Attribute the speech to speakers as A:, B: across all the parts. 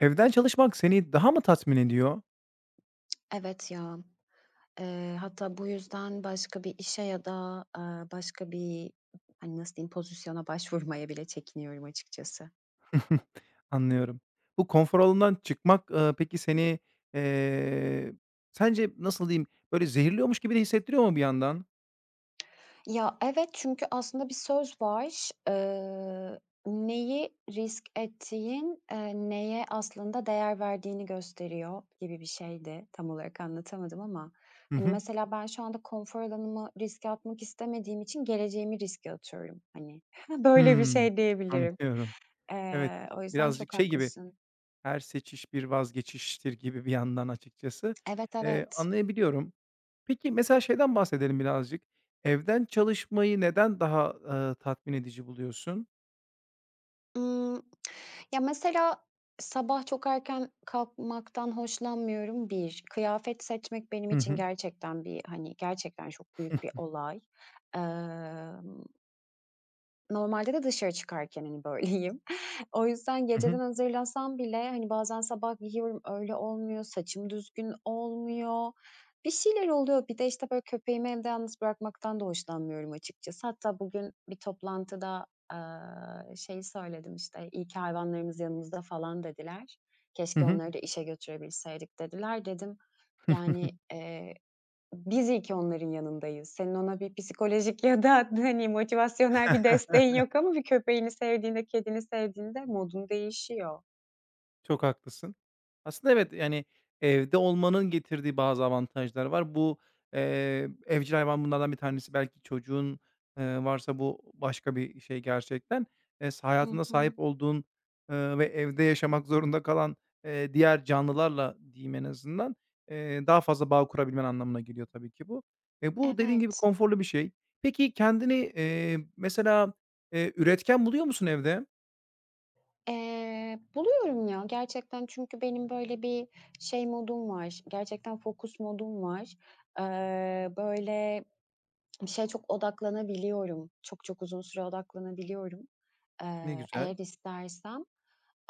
A: Evden çalışmak seni daha mı tatmin ediyor?
B: Evet ya. Hatta bu yüzden başka bir işe ya da, başka bir, hani, nasıl diyeyim, pozisyona başvurmaya bile çekiniyorum açıkçası.
A: Anlıyorum. Bu konfor alanından çıkmak, peki seni, eee, sence nasıl diyeyim, böyle zehirliyormuş gibi de hissettiriyor mu bir yandan?
B: Ya, evet, çünkü aslında bir söz var. "Neyi risk ettiğin, neye aslında değer verdiğini gösteriyor." gibi bir şeydi. Tam olarak anlatamadım ama,
A: Hı
B: hani,
A: hı.
B: mesela ben şu anda konfor alanımı riske atmak istemediğim için geleceğimi riske atıyorum. Hani, böyle bir
A: Hımm.
B: şey diyebilirim.
A: Anlıyorum. Evet,
B: O yüzden
A: birazcık
B: çok
A: şey gibi,
B: haklısın.
A: her seçiş bir vazgeçiştir gibi bir yandan açıkçası.
B: Evet, evet.
A: Anlayabiliyorum. Peki mesela şeyden bahsedelim birazcık. Evden çalışmayı neden daha, tatmin edici buluyorsun?
B: Imm, ya, mesela sabah çok erken kalkmaktan hoşlanmıyorum, bir kıyafet seçmek benim
A: Hı
B: için
A: hı.
B: gerçekten bir, hani, gerçekten çok büyük bir olay. Emm Normalde de dışarı çıkarken, hani, böyleyim. O yüzden
A: Hı
B: geceden
A: hı.
B: hazırlasam bile, hani, bazen sabah giyiyorum, öyle olmuyor, saçım düzgün olmuyor. Bir şeyler oluyor. Bir de, işte, böyle, köpeğimi evde yalnız bırakmaktan da hoşlanmıyorum açıkçası. Hatta bugün bir toplantıda, şeyi söyledim, işte, "İyi ki hayvanlarımız yanımızda." falan dediler.
A: Hı
B: "Keşke
A: hı.
B: onları da işe götürebilseydik." dediler. Dedim, yani, biz iyi ki onların yanındayız. Senin ona bir psikolojik ya da, hani, motivasyonel bir desteğin yok ama bir köpeğini sevdiğinde, kedini sevdiğinde modun değişiyor.
A: Çok haklısın. Aslında evet, yani, evde olmanın getirdiği bazı avantajlar var. Bu, evcil hayvan bunlardan bir tanesi. Belki çocuğun, varsa bu başka bir şey gerçekten.
B: Hı
A: Hayatında
B: hı.
A: sahip olduğun, ve evde yaşamak zorunda kalan, diğer canlılarla diyeyim en azından, daha fazla bağ kurabilmen anlamına geliyor tabii ki bu. E, bu dediğin gibi
B: Evet.
A: konforlu bir şey. Peki kendini, mesela, üretken buluyor musun evde?
B: Buluyorum ya gerçekten çünkü benim böyle bir şey modum var, gerçekten fokus modum var. Böyle bir şeye çok odaklanabiliyorum. Çok çok uzun süre odaklanabiliyorum,
A: Ne güzel.
B: eğer istersem.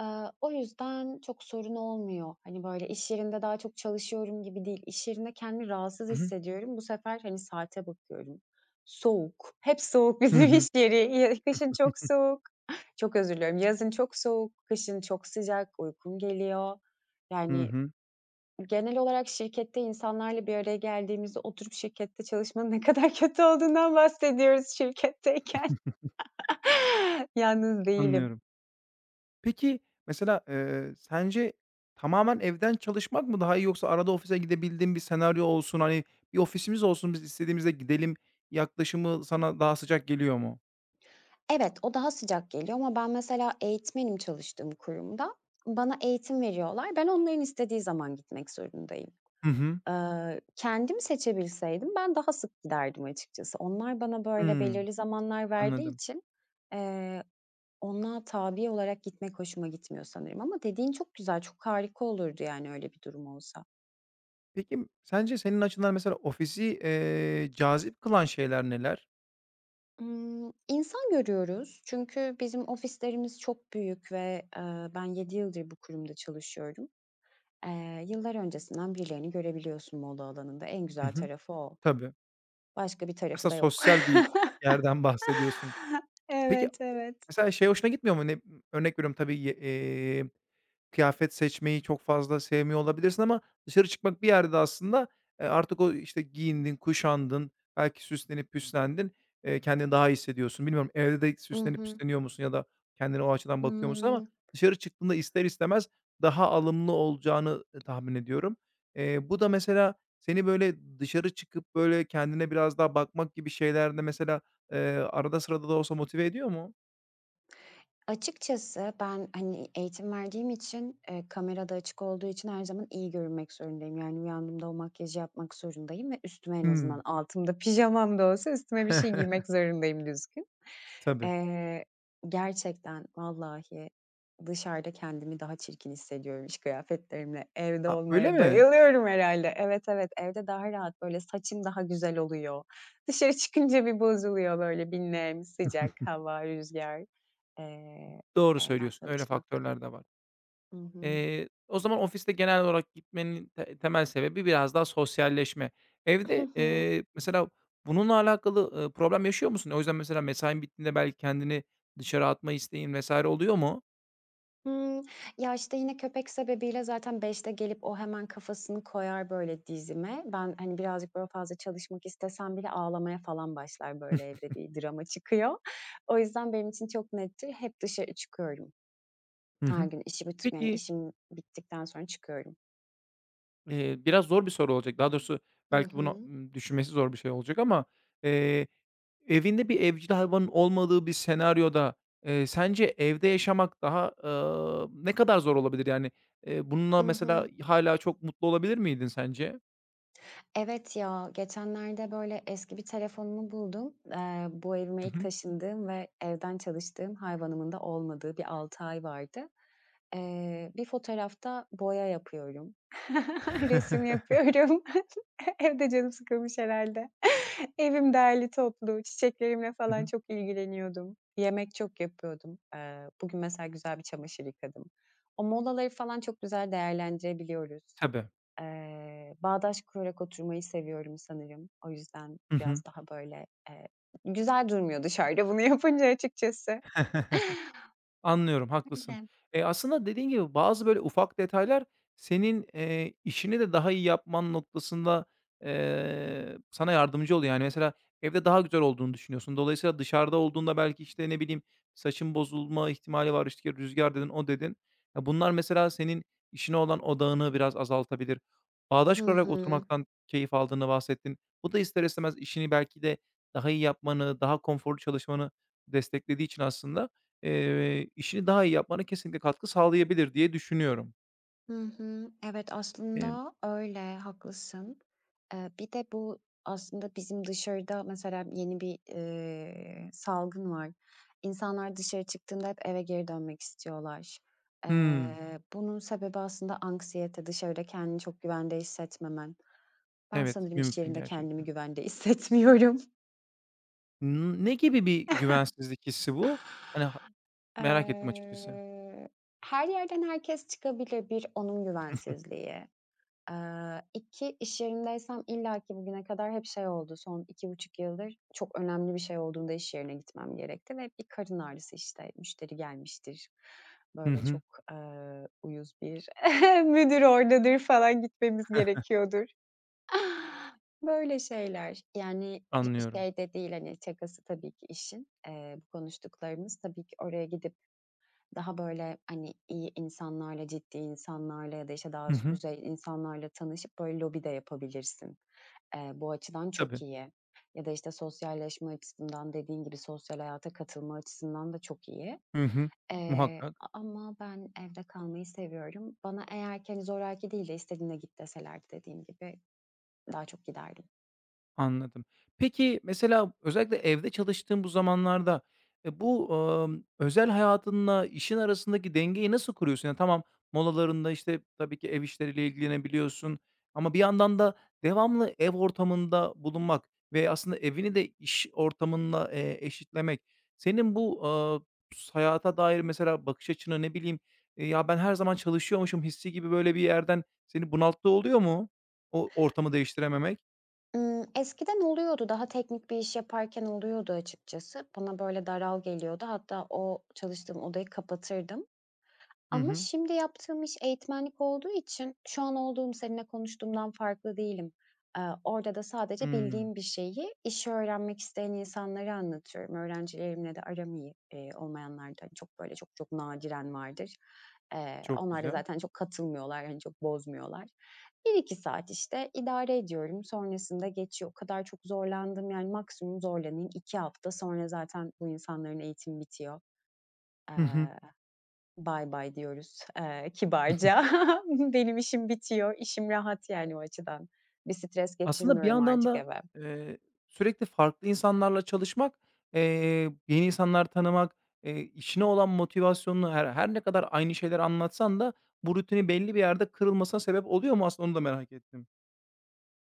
B: Eee, o yüzden çok sorun olmuyor. Hani, böyle, iş yerinde daha çok çalışıyorum gibi değil. İş yerinde kendimi rahatsız
A: Hı hı.
B: hissediyorum. Bu sefer, hani, saate bakıyorum. Soğuk. Hep soğuk
A: Hı
B: bizim
A: hı.
B: iş yeri. Ya kışın çok soğuk. Çok özür diliyorum. Yazın çok soğuk, kışın çok sıcak, uykum geliyor.
A: Hı
B: Yani
A: hı.
B: genel olarak şirkette insanlarla bir araya geldiğimizde oturup şirkette çalışmanın ne kadar kötü olduğundan bahsediyoruz şirketteyken. Yalnız değilim.
A: Anlıyorum. Peki, mesela, sence tamamen evden çalışmak mı daha iyi yoksa arada ofise gidebildiğin bir senaryo olsun, hani, bir ofisimiz olsun, biz istediğimizde gidelim yaklaşımı sana daha sıcak geliyor mu?
B: Evet, o daha sıcak geliyor ama ben mesela eğitmenim çalıştığım kurumda. Bana eğitim veriyorlar. Ben onların istediği zaman gitmek zorundayım.
A: Hı hı.
B: Kendim seçebilseydim ben daha sık giderdim açıkçası. Onlar bana böyle
A: Hımm,
B: belirli zamanlar verdiği
A: anladım.
B: için, eee ona tabi olarak gitmek hoşuma gitmiyor sanırım ama dediğin çok güzel, çok harika olurdu yani öyle bir durum olsa.
A: Peki, sence senin açından mesela ofisi, cazip kılan şeyler neler?
B: İnsan görüyoruz çünkü bizim ofislerimiz çok büyük ve, ben 7 yıldır bu kurumda çalışıyorum. Yıllar öncesinden birilerini görebiliyorsun moda alanında. En
A: Hı
B: güzel
A: hı.
B: tarafı o.
A: Tabii.
B: Başka bir tarafı
A: Aslında
B: da yok.
A: sosyal bir yerden bahsediyorsun. Peki mesela şey hoşuna gitmiyor mu? Ne örnek veriyorum tabii, ye kıyafet seçmeyi çok fazla sevmiyor olabilirsin ama dışarı çıkmak bir yerde aslında, artık o, işte, giyindin, kuşandın, belki süslenip püslendin, kendini daha iyi hissediyorsun. Bilmiyorum, evde de
B: I
A: süslenip
B: hı.
A: püsleniyor musun ya da kendine o açıdan bakıyor musun ama
B: Hımm.
A: dışarı çıktığında ister istemez daha alımlı olacağını, tahmin ediyorum. Bu da mesela seni, böyle, dışarı çıkıp, böyle, kendine biraz daha bakmak gibi şeylerde mesela, eee, arada sırada da olsa motive ediyor mu?
B: Açıkçası ben, hani, eğitim verdiğim için, kamera da açık olduğu için her zaman iyi görünmek zorundayım. Yani uyandığımda o makyajı yapmak zorundayım ve üstüme en azından
A: Hımm.
B: altımda pijamam da olsa üstüme bir şey giymek zorundayım düzgün.
A: Tabii.
B: Eee, gerçekten vallahi dışarıda kendimi daha çirkin hissediyorum iş kıyafetlerimle. Evde
A: A, öyle
B: olmaya
A: mi?
B: bayılıyorum herhalde. Evet, evet, evde daha rahat, böyle, saçım daha güzel oluyor. Dışarı çıkınca bir bozuluyor, böyle, bir nem, sıcak hava, rüzgar. Eee,
A: Doğru
B: evden
A: söylüyorsun, öyle
B: çalışmak.
A: faktörler de var.
B: Hı hı.
A: O zaman ofiste genel olarak gitmenin temel sebebi biraz daha sosyalleşme.
B: Hı
A: Evde,
B: hı.
A: mesela bununla alakalı, problem yaşıyor musun? O yüzden mesela mesain bittiğinde belki kendini dışarı atma isteğin vs. oluyor mu?
B: Hımm. Ya, işte, yine köpek sebebiyle zaten 5'te gelip o hemen kafasını koyar böyle dizime. Ben, hani, birazcık böyle fazla çalışmak istesem bile ağlamaya falan başlar, böyle, evde bir drama çıkıyor. O yüzden benim için çok nettir. Hep dışarı çıkıyorum.
A: Hı
B: Her
A: hı.
B: gün işi bit yani
A: Peki,
B: işim bittikten sonra çıkıyorum.
A: biraz zor bir soru olacak. Daha doğrusu
B: Hı
A: belki bunu,
B: hı.
A: düşünmesi zor bir şey olacak ama, eee evinde bir evcil hayvanın olmadığı bir senaryoda, sence evde yaşamak daha, ne kadar zor olabilir? Yani, bununla
B: I
A: mesela
B: hı.
A: hâlâ çok mutlu olabilir miydin sence?
B: Evet ya, geçenlerde böyle eski bir telefonumu buldum. Bu evime
A: Hı
B: ilk
A: hı.
B: taşındığım ve evden çalıştığım hayvanımın da olmadığı bir 6 ay vardı. Bir fotoğrafta boya yapıyorum.
A: Hı hı.
B: Resim yapıyorum. Evde canım sıkılmış herhalde. Evim derli toplu, çiçeklerimle falan çok ilgileniyordum. Yemek çok yapıyordum. Bugün mesela güzel bir çamaşır yıkadım. O molaları falan çok güzel değerlendirebiliyoruz.
A: Tabii.
B: Bağdaş kurarak oturmayı seviyorum sanırım. O yüzden
A: Hı hı.
B: biraz daha böyle, güzel durmuyor dışarıda bunu yapınca açıkçası.
A: Anlıyorum, haklısın.
B: Öyle.
A: Aslında dediğin gibi bazı böyle ufak detaylar senin, işini de daha iyi yapman noktasında, sana yardımcı oluyor. Yani, mesela evde daha güzel olduğunu düşünüyorsun. Dolayısıyla dışarıda olduğunda belki, işte, ne bileyim, saçın bozulma ihtimali var, işte, rüzgar dedin, o dedin. Ya, bunlar mesela senin işine olan odağını biraz azaltabilir. Bağdaş
B: Hı
A: kurarak
B: hı.
A: oturmaktan keyif aldığını bahsettin. Bu da ister istemez işini belki de daha iyi yapmanı, daha konforlu çalışmanı desteklediği için aslında işini daha iyi yapmana kesinlikle katkı sağlayabilir diye düşünüyorum.
B: Hı hı. Evet,
A: Emm
B: aslında öyle, haklısın. Bir de bu aslında bizim dışarıda mesela yeni bir, salgın var. İnsanlar dışarı çıktığında hep eve geri dönmek istiyorlar.
A: Hımm.
B: Bunun sebebi aslında anksiyete, dışarıda kendini çok güvende hissetmemen. Ben
A: Evet,
B: sanırım iş
A: mümkün
B: yerinde kendimi
A: gerçekten.
B: güvende hissetmiyorum.
A: Ne gibi bir güvensizlik hissi bu? Hani, merak ettim açıkçası. Hı
B: Eee, her yerden herkes çıkabilir, bir onun
A: hı.
B: güvensizliği. 2 iş yerindeysem illaki bugüne kadar hep şey oldu, son 2,5 yıldır çok önemli bir şey olduğunda iş yerine gitmem gerekti ve hep bir karın ağrısı, işte, müşteri gelmiştir,
A: Hı
B: böyle
A: hı.
B: çok, uyuz bir müdür oradadır falan gitmemiz gerekiyordur. Böyle şeyler. Yani,
A: Anlıyorum.
B: şey de değil, hani, şakası tabii ki işin. Bu konuştuklarımız tabii ki oraya gidip daha böyle, hani, iyi insanlarla, ciddi insanlarla ya da, işte, daha
A: Hı
B: üst
A: hı.
B: düzey insanlarla tanışıp böyle lobi de yapabilirsin. Bu açıdan çok
A: Tabii.
B: iyi. Ya da, işte, sosyalleşme açısından dediğin gibi sosyal hayata katılma açısından da çok iyi.
A: Hı hı. Muhakkak.
B: A ama ben evde kalmayı seviyorum. Bana eğer ki, hani, zoraki değil de istediğine git deselerdi dediğim gibi daha çok giderdim.
A: Anladım. Peki, mesela özellikle evde çalıştığın bu zamanlarda, bu, özel hayatınla işin arasındaki dengeyi nasıl kuruyorsun? Yani, tamam, molalarında, işte, tabii ki ev işleriyle ilgilenebiliyorsun ama bir yandan da devamlı ev ortamında bulunmak ve aslında evini de iş ortamınla, eşitlemek senin bu, hayata dair mesela bakış açını, ne bileyim, "Ya, ben her zaman çalışıyormuşum" hissi gibi, böyle, bir yerden seni bunalttığı oluyor mu o ortamı değiştirememek?
B: Eskiden oluyordu. Daha teknik bir iş yaparken oluyordu açıkçası. Bana böyle daral geliyordu. Hatta o çalıştığım odayı kapatırdım.
A: Hı
B: Ama
A: hı.
B: şimdi yaptığım iş eğitmenlik olduğu için şu an olduğum seninle konuştuğumdan farklı değilim. Orada da sadece
A: Hımm,
B: bildiğim bir şeyi işi öğrenmek isteyen insanlara anlatıyorum. Öğrencilerimle de aram iyi, olmayanlar çok böyle çok çok nadiren vardır.
A: çok
B: Onlar da
A: güzel.
B: zaten çok katılmıyorlar, yani çok bozmuyorlar. Bir iki saat işte idare ediyorum. Sonrasında geçiyor. O kadar çok zorlandım yani maksimum zorlanayım 2 hafta sonra zaten bu insanların eğitimi bitiyor.
A: Hı hı.
B: Eee Bay bay diyoruz, kibarca. Benim işim bitiyor, işim rahat yani o açıdan. Bir stres
A: Aslında bir
B: getirmiyorum
A: yandan
B: artık
A: da,
B: eve.
A: eee, sürekli farklı insanlarla çalışmak, eee, yeni insanlar tanımak, işine olan motivasyonunu her ne kadar aynı şeyleri anlatsan da bu rutini belli bir yerde kırılmasına sebep oluyor mu aslında onu da merak ettim.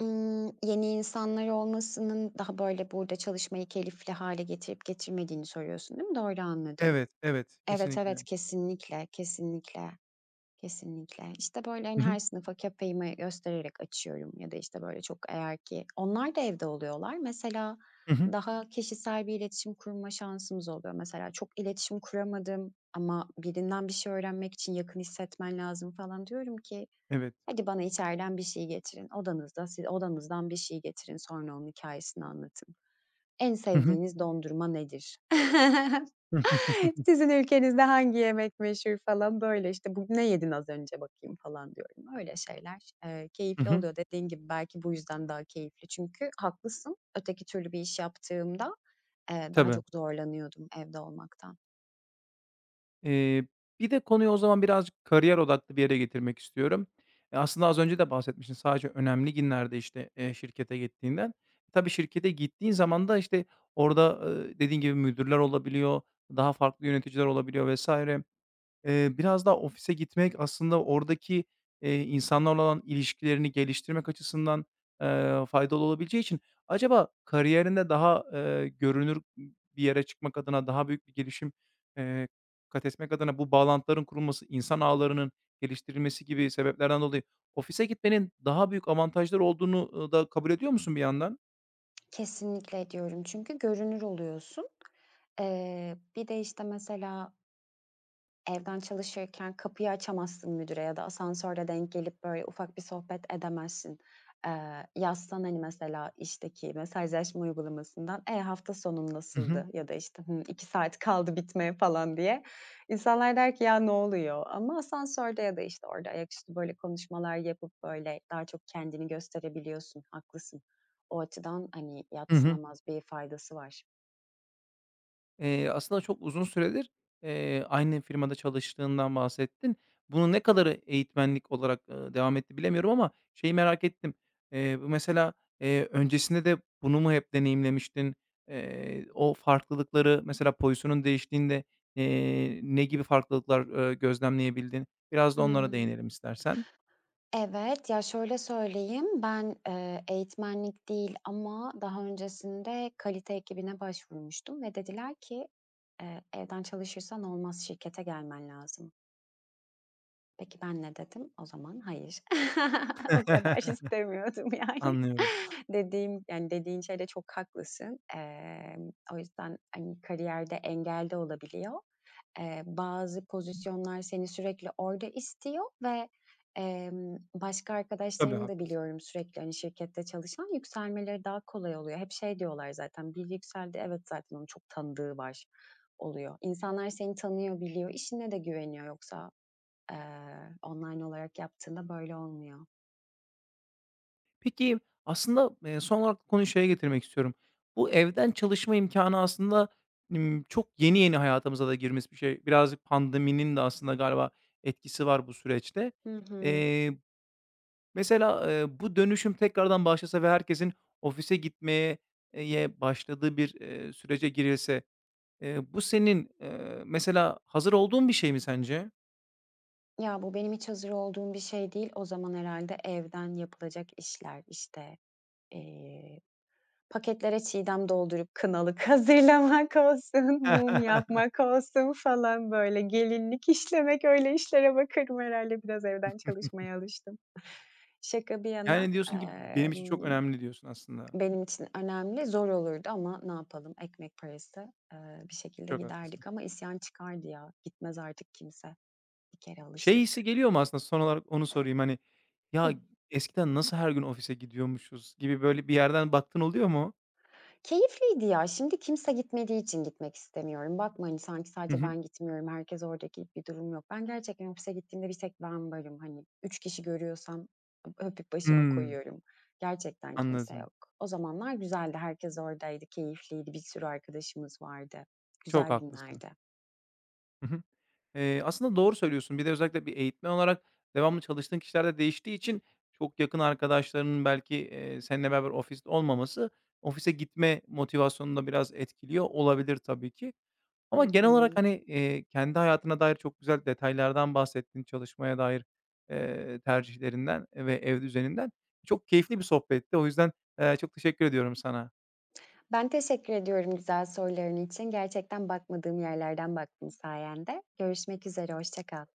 B: Yeni insanlar olmasının daha, böyle, burada çalışmayı keyifli hale getirip getirmediğini soruyorsun, değil mi? Doğru anladım.
A: Evet, evet,
B: Evet,
A: kesinlikle.
B: evet, kesinlikle, kesinlikle. Kesinlikle. İşte, böyle,
A: Hı
B: hani,
A: hı.
B: her sınıfa köpeğimi göstererek açıyorum ya da, işte, böyle, çok eğer ki onlar da evde oluyorlar. Mesela
A: Hı hı.
B: daha kişisel bir iletişim kurma şansımız oluyor. Mesela çok iletişim kuramadım ama birinden bir şey öğrenmek için yakın hissetmen lazım falan. Diyorum ki,
A: Evet.
B: "Hadi bana içeriden bir şey getirin. Odanızda siz odanızdan bir şey getirin, sonra onun hikayesini anlatın." En
A: Hı hı.
B: sevdiğiniz dondurma nedir?
A: Hı hı.
B: Sizin ülkenizde hangi yemek meşhur falan, böyle, işte, "Bugün ne yedin az önce bakayım?" falan diyorum. Öyle şeyler,
A: Hı
B: keyifli
A: hı.
B: oluyor. Dediğin gibi belki bu yüzden daha keyifli. Çünkü haklısın, öteki türlü bir iş yaptığımda, daha
A: Tabii.
B: çok zorlanıyordum evde olmaktan.
A: Eee, bir de konuyu o zaman birazcık kariyer odaklı bir yere getirmek istiyorum. E, aslında az önce de bahsetmiştin sadece önemli günlerde, işte, şirkete gittiğinden. E, tabii şirkete gittiğin zaman da, işte, orada, dediğin gibi müdürler olabiliyor, daha farklı yöneticiler olabiliyor vesaire. Biraz daha ofise gitmek aslında oradaki, insanlarla olan ilişkilerini geliştirmek açısından, faydalı olabileceği için acaba kariyerinde daha, görünür bir yere çıkmak adına, daha büyük bir gelişim, eee, kat etmek adına bu bağlantıların kurulması, insan ağlarının geliştirilmesi gibi sebeplerden dolayı ofise gitmenin daha büyük avantajları olduğunu, da kabul ediyor musun bir yandan?
B: Kesinlikle ediyorum çünkü görünür oluyorsun. Bir de, işte, mesela evden çalışırken kapıyı açamazsın müdüre ya da asansörde denk gelip, böyle, ufak bir sohbet edemezsin. Yazsan, hani, mesela işteki mesajlaşma uygulamasından, "E, hafta sonun
A: Hı hı.
B: nasıldı?" ya da, işte, "Hımm, 2 saat kaldı bitmeye." falan diye. İnsanlar der ki, "Ya, ne oluyor?" Ama asansörde ya da, işte, orada ayaküstü, böyle, konuşmalar yapıp, böyle, daha çok kendini gösterebiliyorsun. Haklısın. O açıdan, hani,
A: Hı hı.
B: yadsınamaz bir faydası var.
A: Aslında çok uzun süredir, aynı firmada çalıştığından bahsettin. Bunu ne kadarı eğitmenlik olarak, devam etti bilemiyorum ama şeyi merak ettim. Bu mesela, öncesinde de bunu mu hep deneyimlemiştin? O farklılıkları mesela pozisyonun değiştiğinde, ne gibi farklılıklar, gözlemleyebildin? Biraz da onlara
B: Imm.
A: değinelim istersen.
B: Evet, ya, şöyle söyleyeyim, ben, eğitmenlik değil ama daha öncesinde kalite ekibine başvurmuştum ve dediler ki, "Evden çalışırsan olmaz, şirkete gelmen lazım." Peki ben ne dedim? O zaman hayır. O kadar istemiyordum yani.
A: Anlıyorum.
B: Dediğim, yani, dediğin şeyde çok haklısın. O yüzden, hani, kariyerde engel de olabiliyor. Bazı pozisyonlar seni sürekli orada istiyor ve, başka
A: Tabii,
B: arkadaşlarımı da
A: haklısın.
B: biliyorum sürekli, hani, şirkette çalışan, yükselmeleri daha kolay oluyor. Hep şey diyorlar zaten, bir yükseldi, evet zaten onun çok tanıdığı var." oluyor. İnsanlar seni tanıyor, biliyor, işine de güveniyor yoksa, online olarak yaptığında böyle olmuyor.
A: Peki, aslında, son olarak konuyu şeye getirmek istiyorum. Bu evden çalışma imkânı aslında, çok yeni yeni hayatımıza da girmiş bir şey. Birazcık pandeminin de aslında galiba etkisi var bu süreçte.
B: Hı hı.
A: Eee, mesela, bu dönüşüm tekrardan başlasa ve herkesin ofise gitmeye başladığı bir, sürece girilse, bu senin, mesela hazır olduğun bir şey mi sence?
B: Ya, bu benim hiç hazır olduğum bir şey değil. O zaman herhalde evden yapılacak işler, işte, eee, paketlere çiğdem doldurup kınalık hazırlamak olsun, mum yapmak olsun falan böyle gelinlik işlemek, öyle işlere bakarım herhalde. Biraz evden çalışmaya alıştım. Şaka bir yana,
A: Yani, diyorsun ki, "Benim için çok önemli." diyorsun aslında.
B: benim için önemli, zor olurdu ama ne yapalım, ekmek parası, bir şekilde
A: Çok haklısın.
B: giderdik ama isyan çıkardı ya, gitmez artık kimse. Bir kere
A: Şey
B: alıştık.
A: hissi geliyor mu aslında? Son olarak onu sorayım, hani, "Ya,
B: Hı.
A: eskiden nasıl her gün ofise gidiyormuşuz?" gibi böyle bir yerden baktın oluyor mu?
B: Keyifliydi ya. Şimdi kimse gitmediği için gitmek istemiyorum. Bakma, hani, sanki
A: Hı
B: sadece
A: hı.
B: ben gitmiyorum, herkes orada gibi bir durum yok. Ben gerçekten ofise gittiğimde bir tek ben varım. Hani, 3 kişi görüyorsam öpüp başıma
A: Hımm,
B: koyuyorum. Gerçekten kimse
A: anladım.
B: yok. O zamanlar güzeldi. Herkes oradaydı, keyifliydi. Bir sürü arkadaşımız vardı.
A: Çok
B: Güzel
A: haklısın.
B: günlerdi.
A: Hı hı. Aslında doğru söylüyorsun. Bir de özellikle bir eğitmen olarak devamlı çalıştığın kişiler de değiştiği için çok yakın arkadaşlarının belki, seninle beraber ofiste olmaması ofise gitme motivasyonunu da biraz etkiliyor olabilir tabii ki. Ama
B: Hı
A: genel olarak,
B: hı.
A: hani, kendi hayatına dair çok güzel detaylardan bahsettin, çalışmaya dair, tercihlerinden ve ev düzeninden. Çok keyifli bir sohbetti. O yüzden, çok teşekkür ediyorum sana.
B: Ben teşekkür ediyorum güzel soruların için. Gerçekten bakmadığım yerlerden baktın sayende. Görüşmek üzere, hoşça kal.